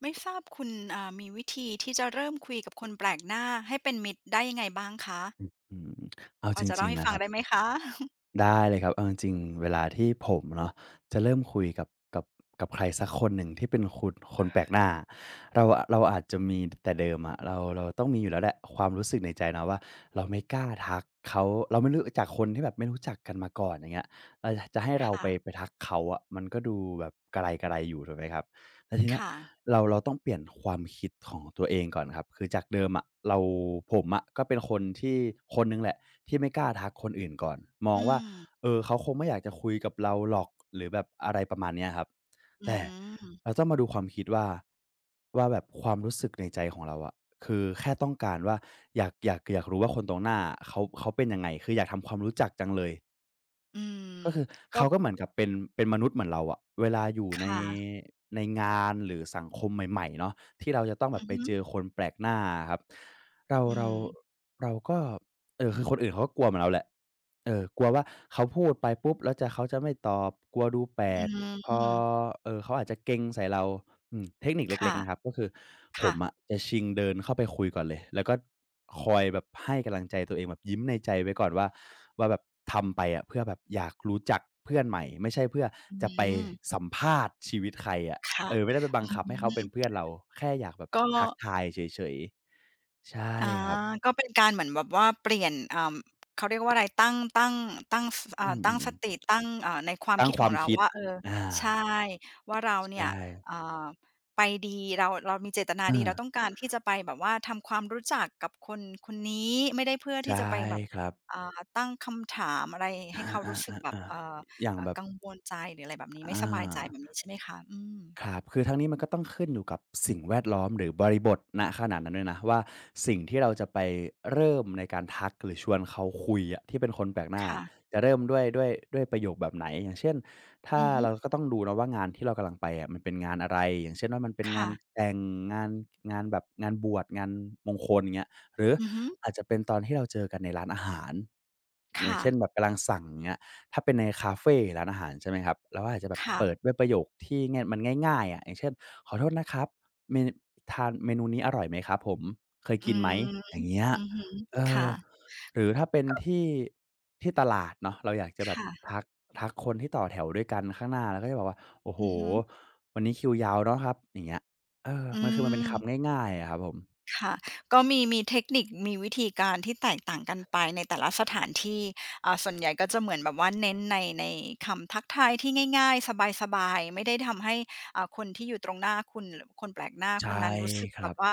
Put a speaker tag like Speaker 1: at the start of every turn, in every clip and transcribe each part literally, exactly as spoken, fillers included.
Speaker 1: ไม่ทราบคุณอ่ามีวิธีที่จะเริ่มคุยกับคนแปลกหน้าให้เป็นมิตรได้ยังไงบ้างคะ
Speaker 2: อืมเอา
Speaker 1: พอ
Speaker 2: จ
Speaker 1: จะ
Speaker 2: ริ
Speaker 1: เล่า
Speaker 2: งๆ
Speaker 1: ให้
Speaker 2: นะ
Speaker 1: ฟั
Speaker 2: ค
Speaker 1: ง
Speaker 2: ร
Speaker 1: ได้ไหมคะ
Speaker 2: ได้เลยครับเอาจริงๆเวลาที่ผมเนาะจะเริ่มคุยกับกับกับใครสักคนหนึ่งที่เป็นคุณคนแปลกหน้าเราอะเราอาจจะมีแต่เดิมอะเราเราต้องมีอยู่แล้วแหละความรู้สึกในใจนะว่าเราไม่กล้าทักเขาเราไม่รู้จักคนที่แบบไม่รู้จักกันมาก่อนอย่างเงี้ยเราจะจะให้
Speaker 1: ค
Speaker 2: เราไปไป
Speaker 1: ่ะ
Speaker 2: ทักเขาอะมันก็ดูแบบกระไรกระไรอยู่ถูกไหมครับแล้วทีเนี้ย
Speaker 1: ค่ะ
Speaker 2: เราเราต้องเปลี่ยนความคิดของตัวเองก่อนครับคือจากเดิมอะเราผมอะก็เป็นคนที่คนนึงแหละที่ไม่กล้าทักคนอื่นก่อนมอง
Speaker 1: อื
Speaker 2: ว่า
Speaker 1: ม
Speaker 2: เออเขาคงไม่อยากจะคุยกับเราหรอกหรือแบบอะไรประมาณเนี้ยครับ
Speaker 1: อื
Speaker 2: แต่
Speaker 1: ม
Speaker 2: เราต้องมาดูความคิดว่าว่าแบบความรู้สึกในใจของเราอะคือแค่ต้องการว่าอยากอยากอยากรู้ว่าคนตรงหน้าอะเขาเขาเป็นยังไงคืออยากทำความรู้จักจังเลย
Speaker 1: อืม
Speaker 2: ก็คือ
Speaker 1: ก็
Speaker 2: เขาก็เหมือนกับเป็นเป็นมนุษย์เหมือนเราอะเวลาอยู่
Speaker 1: ค
Speaker 2: ใน
Speaker 1: ่ะ
Speaker 2: ในงานหรือสังคมใหม่ๆเนาะที่เราจะต้องแบ
Speaker 1: อื
Speaker 2: บไปเจ
Speaker 1: ม
Speaker 2: อคนแปลกหน้าอะครับเรา
Speaker 1: อื
Speaker 2: เรา
Speaker 1: ม
Speaker 2: เราก็เอ่อคือคนอื่นเขาก็กลัวเหมือนเราแหละเออกลัวว่าเขาพูดไปปุ๊บแล้วจะเขาจะไม่ตอบกลัวดูแปล
Speaker 1: อื
Speaker 2: ก พอ
Speaker 1: ม
Speaker 2: เอ่อเขาอาจจะเกร็งใส่เราอืมเทคนิคเล็กๆนะครับ
Speaker 1: ค่ะ
Speaker 2: ก็คือผม
Speaker 1: ค่ะ
Speaker 2: อะจะชิงเดินเข้าไปคุยก่อนเลยแล้วก็คอยแบบให้กำลังใจตัวเองแบบยิ้มในใจไว้ก่อนว่าว่าแบบทำไปอะเพื่อแบบอยากรู้จักเพื่อนใหม่ไม่ใช่เพื่อ
Speaker 1: อื
Speaker 2: จะไป
Speaker 1: ม
Speaker 2: สัมภาษณ์ชีวิตใครอะ
Speaker 1: ค่ะ
Speaker 2: เออไม่ได้ไปบัง
Speaker 1: อื
Speaker 2: คับให้เขาเป็น
Speaker 1: ม
Speaker 2: เพื่อนเราแค่อยากแบบ
Speaker 1: ก็
Speaker 2: ทักทายเฉยๆใช่
Speaker 1: อา
Speaker 2: ครับ
Speaker 1: ก็เป็นการเหมือนแบบว่าเปลี่ยนอ่าเขาเรียกว่าอะไรตั้งตั้งตั้งส
Speaker 2: อื
Speaker 1: อ่าตั้งส
Speaker 2: มๆ
Speaker 1: ติ
Speaker 2: ๆ
Speaker 1: ตั้งอ่าในความ
Speaker 2: ตั้ง
Speaker 1: คิด
Speaker 2: ค
Speaker 1: ข
Speaker 2: วา
Speaker 1: อง
Speaker 2: ม
Speaker 1: เรา
Speaker 2: คิด
Speaker 1: ว่าเออ
Speaker 2: อา
Speaker 1: ใช่ว่าเรา
Speaker 2: ใช
Speaker 1: เนี่ย
Speaker 2: ่
Speaker 1: อ่าไปดีเราเรามีเจตนา
Speaker 2: เอ
Speaker 1: ดีเราต้
Speaker 2: อ
Speaker 1: องการที่จะไปแบบว่าทำความรู้จักกับคนคนนี้ไม่ได้เพื่อที่
Speaker 2: ใช่
Speaker 1: จะไปแบบ
Speaker 2: ครับ
Speaker 1: อ่าตั้งคำถามอะไรให้เขา
Speaker 2: อา
Speaker 1: รู้สึกแบบเอ่
Speaker 2: ๆ
Speaker 1: อ
Speaker 2: ๆๆอย่าง
Speaker 1: เอ่อ
Speaker 2: แบบ
Speaker 1: กังวลใจหรืออะไรแบบนี้
Speaker 2: อ
Speaker 1: ไม่สบายใจ
Speaker 2: า
Speaker 1: แบบนี้ใช่ไหมคะอื
Speaker 2: ค
Speaker 1: ม
Speaker 2: รับคือทั้งนี้มันก็ต้องขึ้นอยู่กับสิ่งแวดล้อมหรือบริบทณขณะนั้นด้วยนะว่าสิ่งที่เราจะไปเริ่มในการทักหรือชวนเขาคุยอะที่เป็นคนแปลกหน้า
Speaker 1: ค่ะ
Speaker 2: จะเริ่มด้วยด้วยด้วยประโยคแบบไหนอย่างเช่นถ้า
Speaker 1: อือฮึ
Speaker 2: เราก็ต้องดูเนาะว่างานที่เรากำลังไปอะมันเป็นงานอะไรอย่างเช่นว่ามันเป็นงา
Speaker 1: ค่ะ
Speaker 2: นแต่งงานงานแบบงานบวชงานมงคลอย่างเงี้ยหรือ
Speaker 1: อือฮึ
Speaker 2: อาจจะเป็นตอนที่เราเจอกันในร้านอาหารอย่าง
Speaker 1: ค่ะ
Speaker 2: เช่นแบบกำลังสั่งอย่างเงี้ย ถ้าเป็นในคาเฟ่ร้านอาหารใช่ไหมครับเราก็อาจจะแบบ
Speaker 1: ค่ะ
Speaker 2: เปิดด้วยประโยคที่ง่ายมันง่ายๆอะะอย่างเช่นขอโทษนะครับเมนทานเมนูนี้อร่อยไหมครับผมเคย
Speaker 1: อื
Speaker 2: กินไหม
Speaker 1: ม
Speaker 2: อย่างเงี้ย
Speaker 1: อือฮึ
Speaker 2: เออ
Speaker 1: ค่ะ
Speaker 2: หรือถ้าเป็นที่ที่ตลาดเนาะเราอยากจะแบบ
Speaker 1: ค่ะ
Speaker 2: ทักทักคนที่ต่อแถวด้วยกันข้างหน้าแล้วก็จะบอกว่าโอ้โห
Speaker 1: อือฮึ
Speaker 2: วันนี้คิวยาวเนาะครับอย่างเงี้ยเออ
Speaker 1: อื
Speaker 2: มันคือมันเป็น
Speaker 1: ม
Speaker 2: คำง่ายๆอะครับผม
Speaker 1: ค่ะก็มีมีเทคนิคมีวิธีการที่แตกต่างกันไปในแต่ละสถานที่อ่าส่วนใหญ่ก็จะเหมือนแบบว่าเน้นในในคำทักทายที่ง่ายๆสบายๆไม่ได้ทำให้อ่าคนที่อยู่ตรงหน้าคุณหรือคนแปลกหน้าคน
Speaker 2: ใช่
Speaker 1: นั้นรู้สึก
Speaker 2: ค
Speaker 1: แบ
Speaker 2: รั
Speaker 1: บ
Speaker 2: บ
Speaker 1: ว่า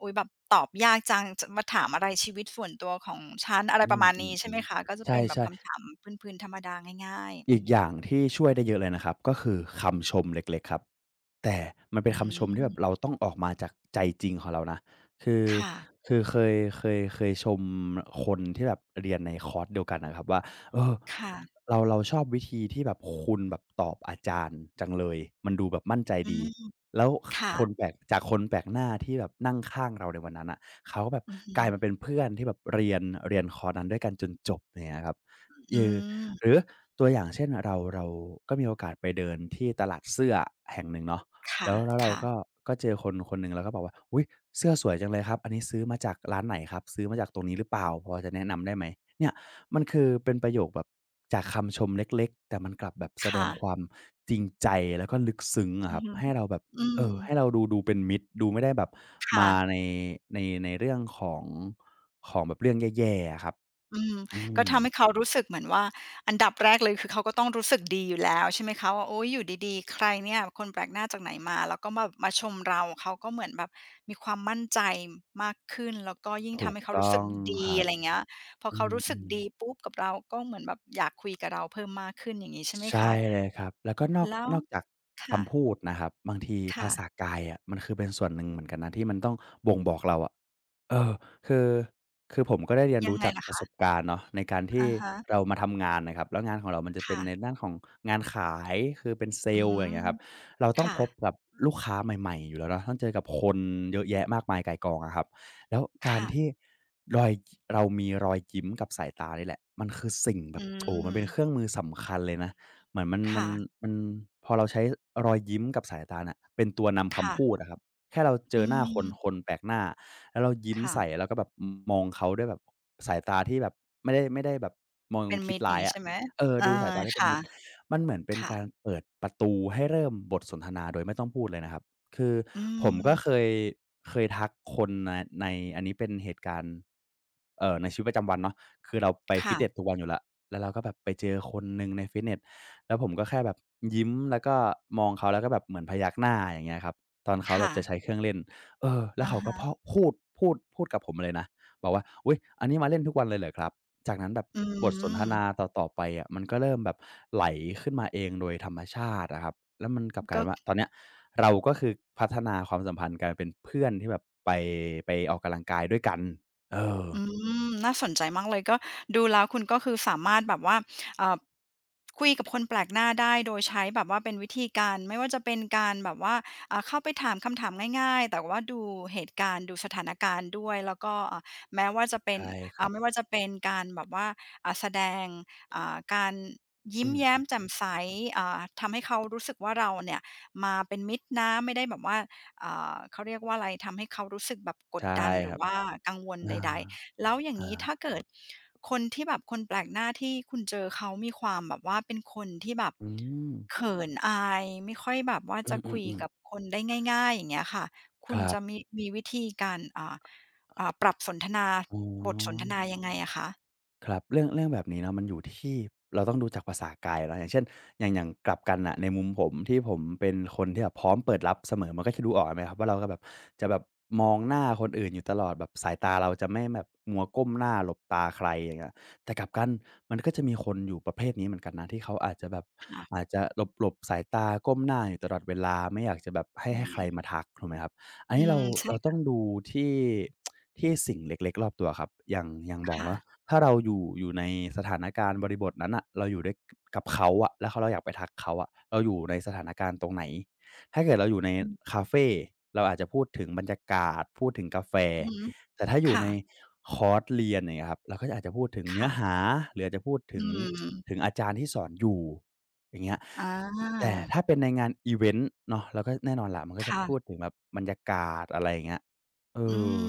Speaker 1: อุ๊ยแบบตอบยากจังจะมาถามอะไรชีวิตส่วนตัวของฉันอะไร
Speaker 2: อื
Speaker 1: ประ
Speaker 2: ม
Speaker 1: มาณ
Speaker 2: อืม
Speaker 1: นี้
Speaker 2: อื
Speaker 1: ใช่ไหม
Speaker 2: ม
Speaker 1: คะก็จะ
Speaker 2: ใช่
Speaker 1: เป็นแบบ
Speaker 2: ใช่
Speaker 1: คำถามพื้นๆธรรมดาง่ายๆอื
Speaker 2: อีกอย่าง
Speaker 1: ม
Speaker 2: ที่ช่วยได้เยอะเลยนะครับก็คือคำชมเล็กๆครับแต่มันเป็น
Speaker 1: อื
Speaker 2: คำชมที่แบบ
Speaker 1: ม
Speaker 2: เราต้องออกมาจากใจจริงของเรานะคือ
Speaker 1: ค่ะ
Speaker 2: คือเคยเคยเคยชมคนที่แบบเรียนในคอร์สเดียวกันนะครับว่าเออ
Speaker 1: ค่ะ
Speaker 2: เราเราชอบวิธีที่แบบคุณแบบตอบอาจารย์จังเลยมันดูแบบมั่นใจ
Speaker 1: อื
Speaker 2: ดี
Speaker 1: ม
Speaker 2: แล้วค
Speaker 1: ค่ะ
Speaker 2: คนแปลกจากคนแปลกหน้าที่แบบนั่งข้างเราในวันนั้นน่ะเขาก็แบบ
Speaker 1: อือฮึ
Speaker 2: กลายมาเป็นเพื่อนที่แบบเรียนเรียนคอร์สนั้นด้วยกันจนจบอย่างเงี้ยครับเอ
Speaker 1: อื
Speaker 2: อ
Speaker 1: ม
Speaker 2: หรือ ตัวอย่างเช่นเราเราก็มีโอกาสไปเดินที่ตลาดเสื้อแห่งหนึ่งเนาะ
Speaker 1: ค่ะ
Speaker 2: แล้วแล้วเรา
Speaker 1: ค่ะ
Speaker 2: ก็ก็เจอคนคนหนึ่งเราก็บอกว่าอุ๊ยเสื้อสวยจังเลยครับอันนี้ซื้อมาจากร้านไหนครับซื้อมาจากตรงนี้หรือเปล่าพอจะแนะนำได้ไหมเนี่ยมันคือเป็นประโยคแบบจากคำชมเล็กๆแต่มันกลับแบบแสดงค
Speaker 1: ค่ะ
Speaker 2: วามจริงใจแล้วก็ลึกซึ้งอะ
Speaker 1: อื
Speaker 2: ค
Speaker 1: อ
Speaker 2: รับ
Speaker 1: ฮึ
Speaker 2: ให้เราแบบ
Speaker 1: อื
Speaker 2: เอ่
Speaker 1: ม
Speaker 2: อให้เราดูดูเป็นมิตรดูไม่ได้แบบมา
Speaker 1: ค่ะ
Speaker 2: ในในในเรื่องของของแบบเรื่องแย่ๆอะครับ
Speaker 1: อืม
Speaker 2: อื
Speaker 1: ก็
Speaker 2: ม
Speaker 1: ทำให้เขารู้สึกเหมือนว่าอันดับแรกเลยคือเขาก็ต้องรู้สึกดีอยู่แล้วใช่ไหมคะว่าโอ๊ยอยู่ดีๆใครเนี่ยคนแปลกหน้าจากไหนมาแล้วก็มามาชมเราเขาก็เหมือนแบบมีความมั่นใจมากขึ้นแล้วก็ยิ่ง
Speaker 2: ถู
Speaker 1: ทำ
Speaker 2: ก
Speaker 1: ให้เขารู้
Speaker 2: ต้อ
Speaker 1: สึก
Speaker 2: งค
Speaker 1: ดี
Speaker 2: รั
Speaker 1: อะ
Speaker 2: บ
Speaker 1: ไรอย่างเงี้ยพอ
Speaker 2: อื
Speaker 1: เขา
Speaker 2: ม
Speaker 1: รู้
Speaker 2: อื
Speaker 1: สึก
Speaker 2: ม
Speaker 1: ดีปุ๊บกับเราก็เหมือนแบบอยากคุยกับเราเพิ่มมากขึ้นอย่างงี้ใช่ไหม
Speaker 2: ใช่
Speaker 1: คะ
Speaker 2: เลยครับแล้วก็นอก
Speaker 1: แล้ว
Speaker 2: นอกจาก
Speaker 1: ค่ะ
Speaker 2: คำพูดนะครับบางทีภา
Speaker 1: ค่ะ
Speaker 2: ษากายอะมันคือเป็นส่วนหนึ่งเหมือนกันนะที่มันต้องบ่งบอกเราอะ เออคือคือผมก็ได้เรียน
Speaker 1: ยัง
Speaker 2: รู้
Speaker 1: ไง
Speaker 2: จาก
Speaker 1: ล่ะ
Speaker 2: ประ
Speaker 1: คะ
Speaker 2: สบการณ์เนาะในการที่
Speaker 1: อะฮะ
Speaker 2: เรามาทำงานน่ะครับแล้วงานของเรามันจะเป็นใน
Speaker 1: ค่ะ
Speaker 2: ด้านของงานขายคือเป็นเซ
Speaker 1: อื
Speaker 2: ลส์อ
Speaker 1: ม
Speaker 2: ย่างเงี้ยครับเราต้อง
Speaker 1: ค่ะ
Speaker 2: พบกับลูกค้าใหม่ๆอยู่แล้วเนาะต้องเจอกับคนเยอะแยะมากมายก่ายกองอะครับแล้วการที่
Speaker 1: ค่ะ
Speaker 2: รอยเรามีรอยยิ้มกับสายตานี่แหละมันคือสิ่งแบ
Speaker 1: อื
Speaker 2: บโอ้มันเป็นเครื่อ
Speaker 1: ม
Speaker 2: งมือสำคัญเลยนะเหมือนมันมัน
Speaker 1: ค่ะ
Speaker 2: มันพอเราใช้รอยยิ้มกับสายตาน่ะเป็นตัวนำคำพูด
Speaker 1: ค่ะ
Speaker 2: อะครับ แค่เราเจ
Speaker 1: อื
Speaker 2: อหน้าคน
Speaker 1: ม
Speaker 2: คนแปลกหน้าแล้วเรายิ้ม
Speaker 1: ค่ะ
Speaker 2: ใส่แล้วก็แบบมองเขาด้วยแบบสายตาที่แบบไม่ได้ไม่ได้แบบมอง
Speaker 1: เป็น
Speaker 2: คิด
Speaker 1: มิตรอ
Speaker 2: ร้า
Speaker 1: ย่าง
Speaker 2: ย
Speaker 1: งี้
Speaker 2: อะ
Speaker 1: ใช่ไหม
Speaker 2: เออ
Speaker 1: เออ
Speaker 2: ดูสายตาที่เป็นมิตร
Speaker 1: ค่ะ
Speaker 2: มันเหมือนเป็นการ
Speaker 1: ค่ะ
Speaker 2: เปิดประตูให้เริ่มบทสนทนาโดยไม่ต้องพูดเลยนะครับคือ
Speaker 1: อื
Speaker 2: ผมก็เค
Speaker 1: ม
Speaker 2: ยเคยทักคนในในอันนี้เป็นเหตุการณ์เอ่อในชีวิตประจำวันเนาะคือเราไปฟิ
Speaker 1: ค่ะ
Speaker 2: ตเนสทุกวันอยู่แล้วแล้วเราก็แบบไปเจอคนหนึ่งในฟิตเนสแล้วผมก็แค่แบบยิ้มแล้วก็มองเขาแล้วก็แบบเหมือนพยักหน้าอย่างเงี้ยครับ ตอนเขาแบ
Speaker 1: ค่ะ
Speaker 2: บจะใช้เครื่องเล่นเออแล้ว
Speaker 1: อะ
Speaker 2: เขาก็พอ
Speaker 1: ฮะ
Speaker 2: พูดพูดพูดกับผมเลยนะ บอกว่าอุ๊ยอันนี้มาเล่นทุกวันเลยเหรอครับ จากนั้นแบบ
Speaker 1: อื
Speaker 2: บทสนท
Speaker 1: ม
Speaker 2: นาต่อๆไปอะมันก็เริ่มแบบไหลขึ้นมาเองโดยธรรมชาติอะครับแล้วมันกลับกลาย
Speaker 1: ก็
Speaker 2: เป็นว่าตอนเนี้ยเราก็คือพัฒนาความสัมพันธ์กลายเป็นเพื่อนที่แบบไปไปออกกำลังกายด้วยกัน เออ
Speaker 1: อืมน่าสนใจมากเลยก็ดูแล้วคุณก็คือสามารถแบบว่าเอ่อคุยกับคนแปลกหน้าได้โดยใช้แบบว่าเป็นวิธีการไม่ว่าจะเป็นการแบบว่าอ่าเข้าไปถามคำถามง่ายๆแต่ว่าดูเหตุการณ์ดูสถานการณ์ด้วยแล้วก็อ่าแม้ว่าจะเป็น
Speaker 2: ใช่ครั
Speaker 1: อ่า
Speaker 2: บ
Speaker 1: ไม่ว่าจะเป็นการแบบว่าอ่าแสดงอ่าการ
Speaker 2: อื
Speaker 1: ยิ้มแย้ม
Speaker 2: ม
Speaker 1: แจ่มใสอ่าทำให้เขารู้สึกว่าเราเนี่ยมาเป็นมิตรนะไม่ได้แบบว่าอ่าเขาเรียกว่าอะไรทำให้เขารู้สึกแบบกด
Speaker 2: ใช่
Speaker 1: ดันห
Speaker 2: ค
Speaker 1: รื
Speaker 2: รั
Speaker 1: อ
Speaker 2: บ
Speaker 1: ว่ากังวล
Speaker 2: อา
Speaker 1: ใดๆ แล้ว
Speaker 2: อา
Speaker 1: ถ้าเกิดคนที่แบบคนแปลกหน้าที่คุณเจอเขามีความแบบว่าเป็นคนที่แบบ
Speaker 2: อืม
Speaker 1: เขินอายไม่ค่อยแบบว่า
Speaker 2: อ
Speaker 1: จะคุย
Speaker 2: ือ
Speaker 1: กั
Speaker 2: ๆ
Speaker 1: บคนได้ง่ายๆอย่างเงี้ยค่ะ
Speaker 2: ๆ
Speaker 1: คุ
Speaker 2: ค
Speaker 1: ณ
Speaker 2: รั
Speaker 1: จะ
Speaker 2: บ
Speaker 1: มีมีวิธีการอ่าอ่าปรับสนทนา
Speaker 2: อ๋อ
Speaker 1: บทสนทนายังไงอะคะ
Speaker 2: ครับเรื่องเรื่องแบบนี้เนาะมันอยู่ที่เราต้องดูจากภาษากายเนาะอย่างเช่นอย่างอย่างกลับกันน่ะในมุมผมที่ผมเป็นคนที่แบบพร้อมเปิดรับเสมอมันก็จะดูออกไหมครับว่าเราก็แบบจะแบบมองหน้าคนอื่นอยู่ตลอดแบบสายตาเราจะไม่แบบมัวก้มหน้าหลบตาใครอย่างเงี้ยแต่กลับกันมันก็จะมีคนอยู่ประเภทนี้เหมือนกันนะที่เขาอาจจะแบบ
Speaker 1: ค่ะ
Speaker 2: อาจจะหลบๆสายตาก้มหน้าอยู่ตลอดเวลาไม่อยากจะแบบให้
Speaker 1: อื
Speaker 2: ให้ใคร
Speaker 1: ม
Speaker 2: มาทักถูกไหมครับ อัน
Speaker 1: อื
Speaker 2: นี้เรา
Speaker 1: มใช่
Speaker 2: เราต้องดูที่ที่สิ่งเล็กๆรอบตัวครับอย่างอย่างบอก
Speaker 1: ค่ะ
Speaker 2: เนาะถ้าเราอยู่อยู่ในสถานการณ์บริบทนั้นอ่ะเราอยู่ด้วยกับเขาอะแล้วเขาเราอยากไปทักเขาอะเราอยู่ในสถานการณ์ตรงไหนถ้าเกิดเราอยู่ใน
Speaker 1: อือ
Speaker 2: คาเฟเราอาจจะพูดถึงบรรยากาศพูดถึงกาแฟ
Speaker 1: อือฮึ
Speaker 2: แต่ถ้าอยู่
Speaker 1: ค่ะ
Speaker 2: ในคอร์สเรียนเนี่ยครับเราก็อาจจะพูดถึงเนื้อ
Speaker 1: ค่ะ
Speaker 2: หาหรืออาจจะพูดถึ
Speaker 1: อื
Speaker 2: งถึง
Speaker 1: ม
Speaker 2: อาจารย์ที่สอนอยู่อย่างเงี้ย
Speaker 1: อ
Speaker 2: แต่
Speaker 1: า
Speaker 2: ถ้าเป็นในงานอิเวนต์เนาะเราก็แน่นอนแหละมันก็จะพูด
Speaker 1: ค่ะ
Speaker 2: ถึงแบบบรรยากาศอะไรอย่างเงี้ยเอ
Speaker 1: อื
Speaker 2: อ
Speaker 1: ม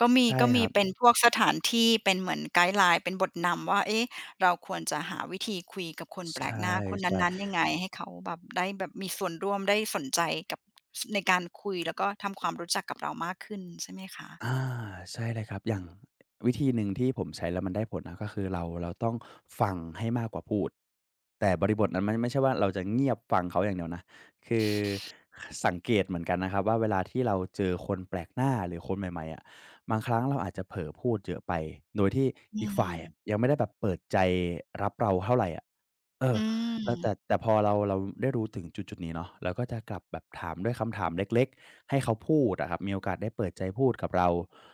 Speaker 1: ก็มี
Speaker 2: ใช่
Speaker 1: ก็
Speaker 2: ค
Speaker 1: มี
Speaker 2: รับ
Speaker 1: เป็นพวกสถานที่เป็นเหมือนไกด์ไลน์เป็นบทนำว่าเอ๊ะเราควรจะหาวิธีคุยกับคนแปล
Speaker 2: ใช
Speaker 1: กหน้าคน
Speaker 2: ่
Speaker 1: นั้นๆยัง
Speaker 2: ๆ
Speaker 1: ไงให้เขาแบบได้แบบมีส่วนร่วมได้สนใจกับสในการคุยแล้วก็ทำความรู้จักกับเรามากขึ้นใช่ไหมคะ
Speaker 2: อาใช่เลยครับอย่างวิธีหนึ่งที่ผมใช้แล้วมันได้ผลนะก็คือเราเราต้องฟังให้มากกว่าพูดแต่บริบทนั้นมันไม่ใช่ว่าเราจะเงียบฟังเขาอย่างเดียวนะคือสังเกตเหมือนกันนะครับว่าเวลาที่เราเจอคนแปลกหน้าหรือคนใหม่ๆอะบางครั้งเราอาจจะเผลอพูดเยอะไปโดยที่
Speaker 1: อื
Speaker 2: อีก
Speaker 1: ม
Speaker 2: ฝ่ายอะยังไม่ได้แบบเปิดใจรับเราเท่าไรอะ เออ
Speaker 1: อื
Speaker 2: แล้วแต่
Speaker 1: ม
Speaker 2: แต่พอเราเราได้รู้ถึงจุดๆนี้เนาะเราก็จะกลับแบบถามด้วยคำถามเล็กๆให้เขาพูดอะครับมีโอกาสได้เปิดใจพูดกับเรา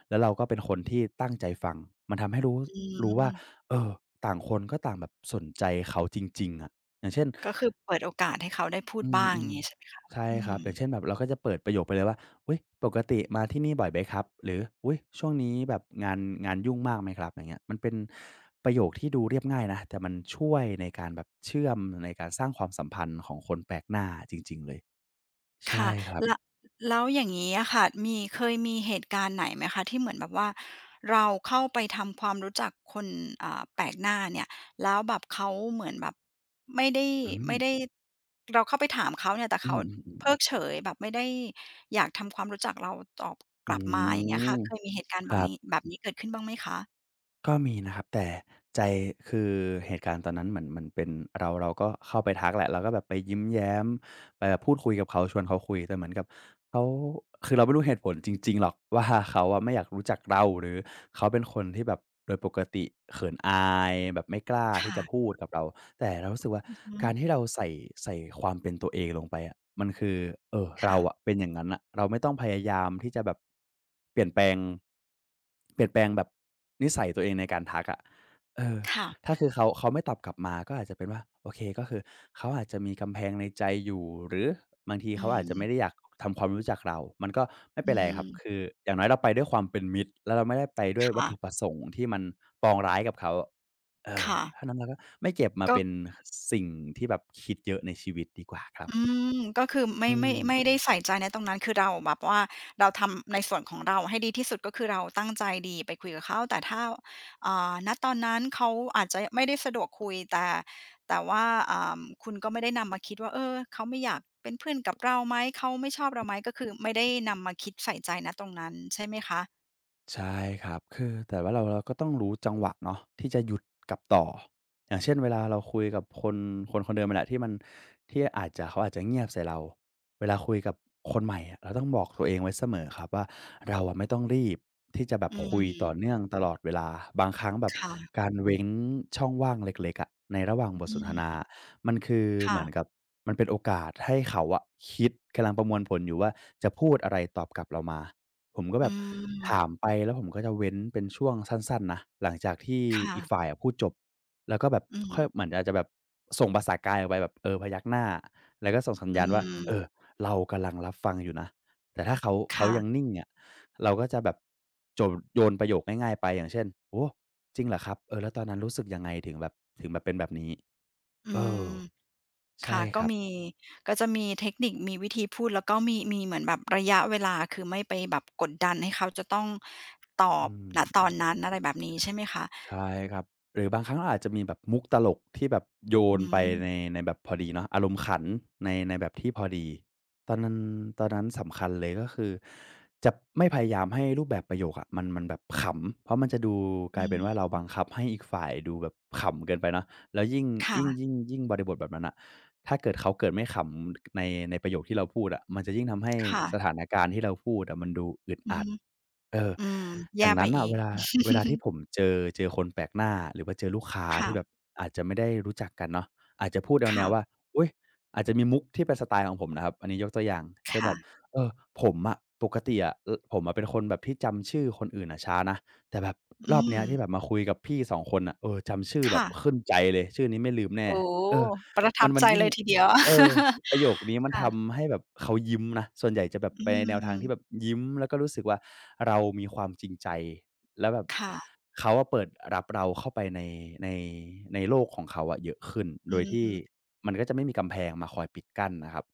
Speaker 2: แล้วเราก็เป็นคนที่ตั้งใจฟังมันทำให้รู้
Speaker 1: อื
Speaker 2: รู้ว่า
Speaker 1: ม
Speaker 2: เออต่างคนก็ต่างแบบสนใจเขาจริงๆอะอย่างเช่น
Speaker 1: ก็คือเปิดโอกาสให้เขาได้พูด
Speaker 2: อืม
Speaker 1: บ้าง
Speaker 2: อื
Speaker 1: อย่า
Speaker 2: ม
Speaker 1: งงี้ใช่ไหม
Speaker 2: ใช่
Speaker 1: อื
Speaker 2: ครับ
Speaker 1: ม
Speaker 2: อย่างเช่นแบบเราก็จะเปิดประโยคไปเลยว่าอุ้ยปกติมาที่นี่บ่อยไหมครับหรืออุ้ยช่วงนี้แบบงานงานยุ่งมากไหมครับอย่างเงี้ยมันเป็นประโยคที่ดูเรียบง่ายนะแต่มันช่วยในการแบบเชื่อมในการสร้างความสัมพันธ์ของคนแปลกหน้าจริงๆเลยใช่
Speaker 1: ค่ะ
Speaker 2: ครับ
Speaker 1: และแล้วอย่างงี้อะค่ะมีเคยมีเหตุการณ์ไหนไหมคะที่เหมือนแบบว่าเราเข้าไปทำความรู้จักคนอ่าแปลกหน้าเนี่ยแล้วแบบเขาเหมือนแบบไม่ได้
Speaker 2: อืม
Speaker 1: ไม่ได้เราเข้าไปถามเขาเนี่ยแต่
Speaker 2: อื
Speaker 1: เขาเพิ
Speaker 2: ม
Speaker 1: กเฉยแบบไม่ได้อยากทำความรู้จักเราตอบก
Speaker 2: อื
Speaker 1: ลั
Speaker 2: ม
Speaker 1: บมาอ
Speaker 2: อื
Speaker 1: ย่าง
Speaker 2: ม
Speaker 1: เงี้ย
Speaker 2: อื
Speaker 1: ค่ะ
Speaker 2: ม
Speaker 1: เคยมีเหตุการ
Speaker 2: ค
Speaker 1: ณ์บั
Speaker 2: รั
Speaker 1: ง
Speaker 2: บ
Speaker 1: นี้แบบนี้เกิดขึ้นบ้างไหมคะ
Speaker 2: ก็มีนะครับแต่ใจคือเหตุการณ์ตอนนั้นเหมือนเหมือนเป็นเราเราก็เข้าไปทักแหละเราก็แบบไปยิ้มแย้มไปแบบพูดคุยกับเขาชวนเขาคุยแต่เหมือนกับ เขาคือเราไม่รู้เหตุผลจริงๆหรอกว่าเขาอะไม่อยากรู้จักเราหรือเขาเป็นคนที่แบบโดยปกติเขินอายแบบไม่กล้าที่
Speaker 1: ค่ะ
Speaker 2: จะพูดกับเราแต่เรารู้สึกว่า
Speaker 1: อือฮึ
Speaker 2: การที่เราใส่ใส่ความเป็นตัวเองลงไปอะมันคือเอ่อเรา
Speaker 1: ค่ะ
Speaker 2: อะเป็นอย่างนั้นน่ะเราไม่ต้องพยายามที่จะแบบเปลี่ยนแปลงเปลี่ยนแปลงแบบนิสัยตัวเองในการทักอะเออ
Speaker 1: ค่ะ
Speaker 2: ถ้าคือเขาเขาไม่ตอบกลับมาก็อาจจะเป็นว่าโอเคก็คือเขาอาจจะมีกำแพงในใจอยู่หรือบางที
Speaker 1: อื
Speaker 2: เขาอาจ
Speaker 1: ม
Speaker 2: จะไม่ได้อยากทำความรู้จักเรา มันก็ไม่
Speaker 1: อื
Speaker 2: เป็นไรครับคื
Speaker 1: ม
Speaker 2: ออย่างน้อยเราไปด้วยความเป็นมิตรแล้วเราไม่ได้ไปด้วยวัต
Speaker 1: ค่ะ
Speaker 2: ถุประสงค์ที่มันปองร้ายกับเขาเออ
Speaker 1: ค่ะ
Speaker 2: ถ้านั้นเราก็ไม่เก็บมา
Speaker 1: ก็
Speaker 2: เป็นสิ่งที่แบบคิดเยอะในชีวิตดีกว่าครับ
Speaker 1: อืมก็คือ
Speaker 2: อื
Speaker 1: ไม่ไม่
Speaker 2: ม
Speaker 1: ไม่ได้ใส่ใจในตรงนั้นคือเราแบบว่าเราทำในส่วนของเราให้ดีที่สุดก็คือเราตั้งใจดีไปคุยกับเขาแต่ถ้าอ่าณตอนนั้นเขาอาจจะไม่ได้สะดวกคุยแต่แต่ว่าอ่าคุณก็ไม่ได้นำมาคิดว่าเออเขาไม่อยากเป็นเพื่อนกับเราไหมเขาไม่ชอบเราไหมก็คือไม่ได้นำมาคิดใส่ใจณตรงนั้นใช่ไหมคะ
Speaker 2: ใช่ครับคือแต่ว่าเราเราก็ต้องรู้จังหวะเนาะที่จะหยุดกลับต่ออย่างเช่นเวลาเราคุยกับคนคนคนเดิมนั่นแหละที่มันที่อาจจะเขาอาจจะเงียบใส่เราเวลาคุยกับคนใหม่อะเราต้องบอกตัวเองไว้เสมอครับว่าเราอะไม่ต้องรีบที่จะแบบ
Speaker 1: อื
Speaker 2: คุยต่อ
Speaker 1: ม
Speaker 2: เนื่องตลอดเวลาบางครั้งแบบ
Speaker 1: ค่ะ
Speaker 2: การเว้นช่องว่างเล็กๆอะในระหว่างบท
Speaker 1: อื
Speaker 2: สนท
Speaker 1: ม
Speaker 2: นามันคือเห
Speaker 1: ค่ะ
Speaker 2: มือนกับมันเป็นโอกาสให้เขาอะคิดกำลังประมวลผลอยู่ว่าจะพูดอะไรตอบกลับเรามา ผมก็แบ
Speaker 1: อื
Speaker 2: บ
Speaker 1: ม
Speaker 2: ถามไปแล้วผมก็จะเว้นเป็นช่วงสั้นๆนะหลังจากที่อีก
Speaker 1: ค่ะ
Speaker 2: ฝ่ายอะพูดจบแล้วก็แบบ
Speaker 1: อื
Speaker 2: ค่อย
Speaker 1: ม
Speaker 2: เหมือนอาจจะแบบส่งภาษากายออกไปแบบเออพยักหน้าแล้วก็ส่งสัญ
Speaker 1: อื
Speaker 2: ญาณว่าเออ
Speaker 1: ม
Speaker 2: เรากำลังรับฟังอยู่นะแต่ถ้าเขาเขายัง
Speaker 1: ค่ะ
Speaker 2: นิ่งเนี่ยเราก็จะแบบโจนโยนประโยคง่ายๆไปอย่างเช่นโอ้โฮจริงเหรอครับเออแล้วตอนนั้นรู้สึกยังไงถึงแบบถึงแบบเป็นแบบนี้
Speaker 1: อื
Speaker 2: เออ
Speaker 1: ม
Speaker 2: ใช่
Speaker 1: ค่ะ
Speaker 2: ค
Speaker 1: ก็
Speaker 2: รับ
Speaker 1: มีก็จะมีเทคนิคมีวิธีพูดแล้วก็มีมีเหมือนแบบระยะเวลาคือไม่ไปแบบกดดันให้เขาจะต้องตอ
Speaker 2: อื
Speaker 1: บณตอน
Speaker 2: ม
Speaker 1: นั้นอะไรแบบนี้ใช่ไหมคะ
Speaker 2: ใช่ครับหรือบางครั้งเราอาจจะมีแบบมุกตลกที่แบบโย
Speaker 1: อื
Speaker 2: นไปใน
Speaker 1: ม
Speaker 2: ในแบบพอดีเนาะอารมณ์ขันในในแบบที่พอดีตอนนั้นตอนนั้นสำคัญเลยก็คือจะไม่พยายามให้รูปแบบประโยคอะมันมันแบบขำเพราะมันจะดูก
Speaker 1: อื
Speaker 2: ลายเป็นว่า
Speaker 1: ม
Speaker 2: เราบังคับให้อีกฝ่ายดูแบบขำเกินไปเนาะแล้วยิ่งยิ่ง
Speaker 1: ค่ะ
Speaker 2: ยิ่งยิ่งบริบทแบบนั้นน่ะถ้าเกิดเขาเกิดไม่ขำในในประโยคที่เราพูดอะมันจะยิ่งทำให้
Speaker 1: ค่ะ
Speaker 2: สถานการณ์ที่เราพูดอะมันดูอึด
Speaker 1: อือ
Speaker 2: อัด
Speaker 1: ฮึ
Speaker 2: เออ
Speaker 1: อืม
Speaker 2: อ
Speaker 1: แย่
Speaker 2: ย่าง
Speaker 1: ไป
Speaker 2: นั้น
Speaker 1: อี
Speaker 2: น่ะเว
Speaker 1: ก
Speaker 2: ลาเวลา ที่ผมเจอเจอคนแปลกหน้าหรือว่าเจอลูกค้า
Speaker 1: ค่ะ
Speaker 2: ที่แบบอาจจะไม่ได้รู้จักกันเนาะอาจจะพูดแนวๆว่า
Speaker 1: ค่ะ
Speaker 2: อุ๊ยอาจจะมีมุกที่เป็นสไตล์ของผมนะครับอันนี้ยกตัวอย่างเช่นแบ
Speaker 1: ค่ะ
Speaker 2: บเออผมอะปกติอะอผมอะเป็นคนแบบที่จำชื่อคนอื่นอะช้านะแต่แบบร
Speaker 1: อื
Speaker 2: อบเนี้
Speaker 1: ม
Speaker 2: ยที่แบบมาคุยกับพี่สองคนน่ะเออจำชื่อแบบ
Speaker 1: ค่ะ
Speaker 2: ขึ้นใจเลยชื่อนี้ไม่ลืมแน่
Speaker 1: โอ้
Speaker 2: เออ
Speaker 1: ประ
Speaker 2: มั
Speaker 1: ทั
Speaker 2: น
Speaker 1: บ
Speaker 2: มัน
Speaker 1: ใจ
Speaker 2: ยิ่ง
Speaker 1: เลยทีเดียว
Speaker 2: เออ ประโยคนี้ มัน
Speaker 1: ค่ะ
Speaker 2: ทำให้แบบเขายิ้มนะส่วนใหญ่จะแบบ
Speaker 1: อื
Speaker 2: ไปในแนวทางที่แบบ
Speaker 1: ม
Speaker 2: ยิ้มแล้วก็รู้สึกว่าเรามีความจริงใจแล้วแบบ
Speaker 1: ค่ะ
Speaker 2: เขาอะเปิดรับเราเข้าไปในในในโลกของเขาอะเยอะขึ้น
Speaker 1: อื
Speaker 2: โดยที่
Speaker 1: ม
Speaker 2: มันก็จะไม่มีกำแพงมาคอยปิดกั้นนะครับ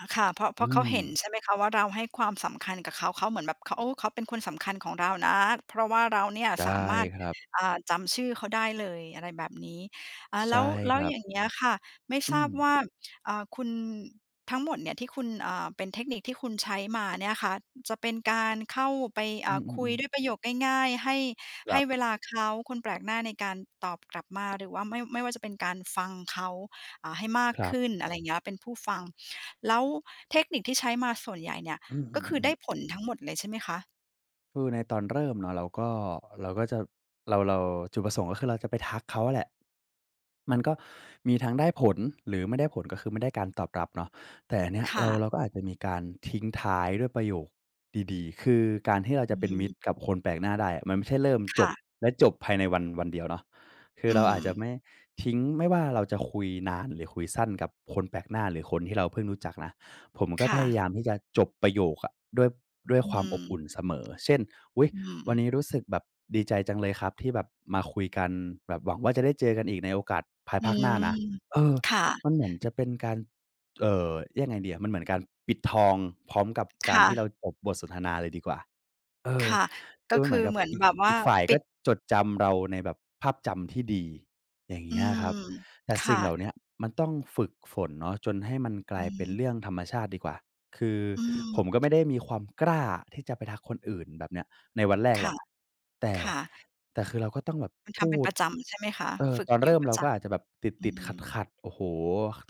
Speaker 1: อะค่ะเพราะเพ
Speaker 2: อื
Speaker 1: ราะเขา
Speaker 2: ม
Speaker 1: เห็นใช่ไหมคะว่าเราให้ความสำคัญกับเขาเขาเหมือนแบบเขาโอ้เขาเป็นคนสำคัญของเรานะเพราะว่าเราเนี่ย
Speaker 2: ใช่
Speaker 1: สามารถ
Speaker 2: ครับ
Speaker 1: อ่าจำชื่อเขาได้เลยอะไรแบบนี้อ่าแล้ว
Speaker 2: ใช่
Speaker 1: แล้
Speaker 2: ค
Speaker 1: ว
Speaker 2: รับ
Speaker 1: อย่างเงี้ยค่ะไม่ท
Speaker 2: อื
Speaker 1: รา
Speaker 2: ม
Speaker 1: บว่าอ่าคุณทั้งหมดเนี่ยที่คุณอ่าเป็นเทคนิคที่คุณใช้มาเนี่ยค่ะจะเป็นการเข้าไป
Speaker 2: อื
Speaker 1: อ่าคุย
Speaker 2: อๆ
Speaker 1: ด้วย
Speaker 2: ๆ
Speaker 1: ประโยคง่ายๆให้
Speaker 2: ครั
Speaker 1: ให้
Speaker 2: บ
Speaker 1: เวลาเขาคนแปลกหน้าในการตอบกลับมาหรือว่าไม่ไม่ว่าจะเป็นการฟังเขาอ่าให้มาก
Speaker 2: ครั
Speaker 1: ขึ้น
Speaker 2: บ
Speaker 1: อะไรอย่างเงี้ยเป็นผู้ฟัง แล้วเทคนิคที่ใช้มาส่วนใหญ่เนี่ย
Speaker 2: อื
Speaker 1: ก็คือได้
Speaker 2: อ
Speaker 1: ผลทั้งหมดเลยใช่ไหมคะ
Speaker 2: คือในตอนเริ่มเนาะเราก็เราก็จะเราเราจุดประสงค์ก็คือเราจะไปทักเขาอะแหละมันก็มีทั้งได้ผลหรือไม่ได้ผลก็คือไม่ได้การตอบรับเนาะแต่อันเนี้ยเรา
Speaker 1: ค่ะ
Speaker 2: เราก็อาจจะมีการทิ้งท้ายด้วยประโยคดีๆคือการที่เรา
Speaker 1: อื
Speaker 2: จะเป็นมิตร
Speaker 1: ม
Speaker 2: กับคนแปลกหน้าได้อะมันไม่ใช่เริ่มจบ
Speaker 1: ค่ะ
Speaker 2: และจบภายในวันวันเดียวเนาะคือ
Speaker 1: อื
Speaker 2: เราอาจ
Speaker 1: ม
Speaker 2: จะไม่ทิ้งไม่ว่าเราจะคุยนานหรือคุยสั้นกับคนแปลกหน้าหรือคนที่เราเพิ่งรู้จักนะ ผมก็พ
Speaker 1: ค่ะ
Speaker 2: ยายามที่จะจบประโยคอะด้วยด้วย
Speaker 1: อื
Speaker 2: ความอ
Speaker 1: ม
Speaker 2: บอุ่นเสมอ เช่นอุ๊ย
Speaker 1: อืม
Speaker 2: วันนี้รู้สึกแบบดีใจจังเลยครับที่แบบมาคุยกันแบบหวังว่าจะได้เจอกันอีกในโอกาสภาย
Speaker 1: อื
Speaker 2: ภาคหน้านะ
Speaker 1: ม
Speaker 2: เออ
Speaker 1: ค่ะ
Speaker 2: มันเหมือนจะเป็นการเอ่อยังไงดีอะมันเหมือนการปิดทองพร้อมกับการ
Speaker 1: ค่ะ
Speaker 2: ที่เราจบบทสนทนาเลยดีกว่า เออ
Speaker 1: ค่ะ
Speaker 2: คื
Speaker 1: ก็
Speaker 2: อมันเหมื
Speaker 1: คื
Speaker 2: อ
Speaker 1: อ
Speaker 2: นกับ
Speaker 1: เหมือน
Speaker 2: อีก
Speaker 1: แบบ
Speaker 2: อี
Speaker 1: ว่า
Speaker 2: กฝ่าย
Speaker 1: ปิ
Speaker 2: ก็
Speaker 1: ด
Speaker 2: จดจำเราในแบบภาพจำที่ดีอย่าง
Speaker 1: อื
Speaker 2: เงี้ยครับ
Speaker 1: ม
Speaker 2: แต่สิ่ง
Speaker 1: ค่ะ
Speaker 2: เหล่าเนี้ยมันต้องฝึกฝนเนาะจนให้มันก
Speaker 1: อื
Speaker 2: ลายเป็นเรื่อ
Speaker 1: ม
Speaker 2: งธรรมชาติดีกว่าคือ
Speaker 1: อืม
Speaker 2: ผมก็ไม่ได้มีความกล้าที่จะไปทักคนอื่นแบบเนี้ยในวันแรกหรอ
Speaker 1: ค่ะ
Speaker 2: กแต่
Speaker 1: ค่ะ
Speaker 2: ต้องแบบ
Speaker 1: มันทำเป็นประจำใช่ไหมคะ
Speaker 2: เออ
Speaker 1: ฝึก
Speaker 2: ตอน
Speaker 1: อยู่
Speaker 2: เริ่ม
Speaker 1: ประ
Speaker 2: เรา
Speaker 1: จ
Speaker 2: ก็อาจจะแบบต
Speaker 1: ำอื
Speaker 2: ิดๆ
Speaker 1: ม
Speaker 2: ขัดๆโอ้โฮ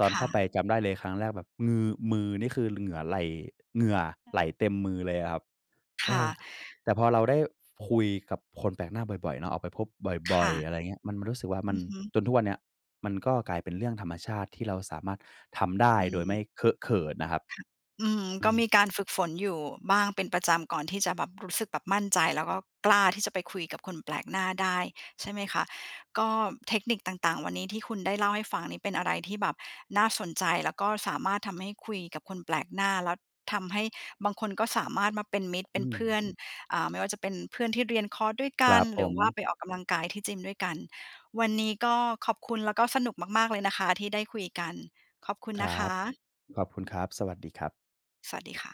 Speaker 2: ตอน
Speaker 1: ค่ะ
Speaker 2: เข้าไปจำได้เลยครั้งแรกแบบงือมือนี่คือเหงื่อไหลเหงื่อไหลเต็มมือเลยอะครับ เอ
Speaker 1: ค่ะ
Speaker 2: อแต่พอเราได้คุยกับคนแปลกหน้าบ่อยๆเนาะออกไปพบบ่อย
Speaker 1: ค่ะ
Speaker 2: ๆอะไรเงี้ยมันมันรู้สึกว่ามั
Speaker 1: อื
Speaker 2: น
Speaker 1: อฮึ
Speaker 2: จนทุกวันเนี้ยมันก็กลายเป็นเรื่องธรรมชาติที่เราสามารถทำได้
Speaker 1: อื
Speaker 2: โดยไม่
Speaker 1: ม
Speaker 2: เคอะเขินนะครับ
Speaker 1: อืม
Speaker 2: อื
Speaker 1: ก็
Speaker 2: ม
Speaker 1: มีการฝึกฝนอยู่บ้างเป็นประจำก่อนที่จะแบบรู้สึกแบบมั่นใจแล้วก็กล้าที่จะไปคุยกับคนแปลกหน้าได้ใช่ไหมคะก็เทคนิคต่างๆวันนี้ที่คุณได้เล่าให้ฟังนี่เป็นอะไรที่แบบน่าสนใจแล้วก็สามารถทำให้คุยกับคนแปลกหน้าแล้วทำให้บางคนก็สามารถมาเป็นมิตร
Speaker 2: อื
Speaker 1: เป็น
Speaker 2: ม
Speaker 1: เพื่อนอ่าไม่ว่าจะเป็นเพื่อนที่เรียนคอร์สด้วย
Speaker 2: ค
Speaker 1: กั
Speaker 2: รั
Speaker 1: น
Speaker 2: บผ
Speaker 1: หรือ
Speaker 2: ม
Speaker 1: ว่าไปออกกำลังกายที่ยิมด้วยกันวันนี้ก็ขอบคุณแล้วก็สนุกมากๆเลยนะคะที่ได้คุยกันขอบคุณ
Speaker 2: ค
Speaker 1: นะค
Speaker 2: รับ
Speaker 1: ะ
Speaker 2: ขอบคุณครับสวัสดีครับ
Speaker 1: สวัสดีค่ะ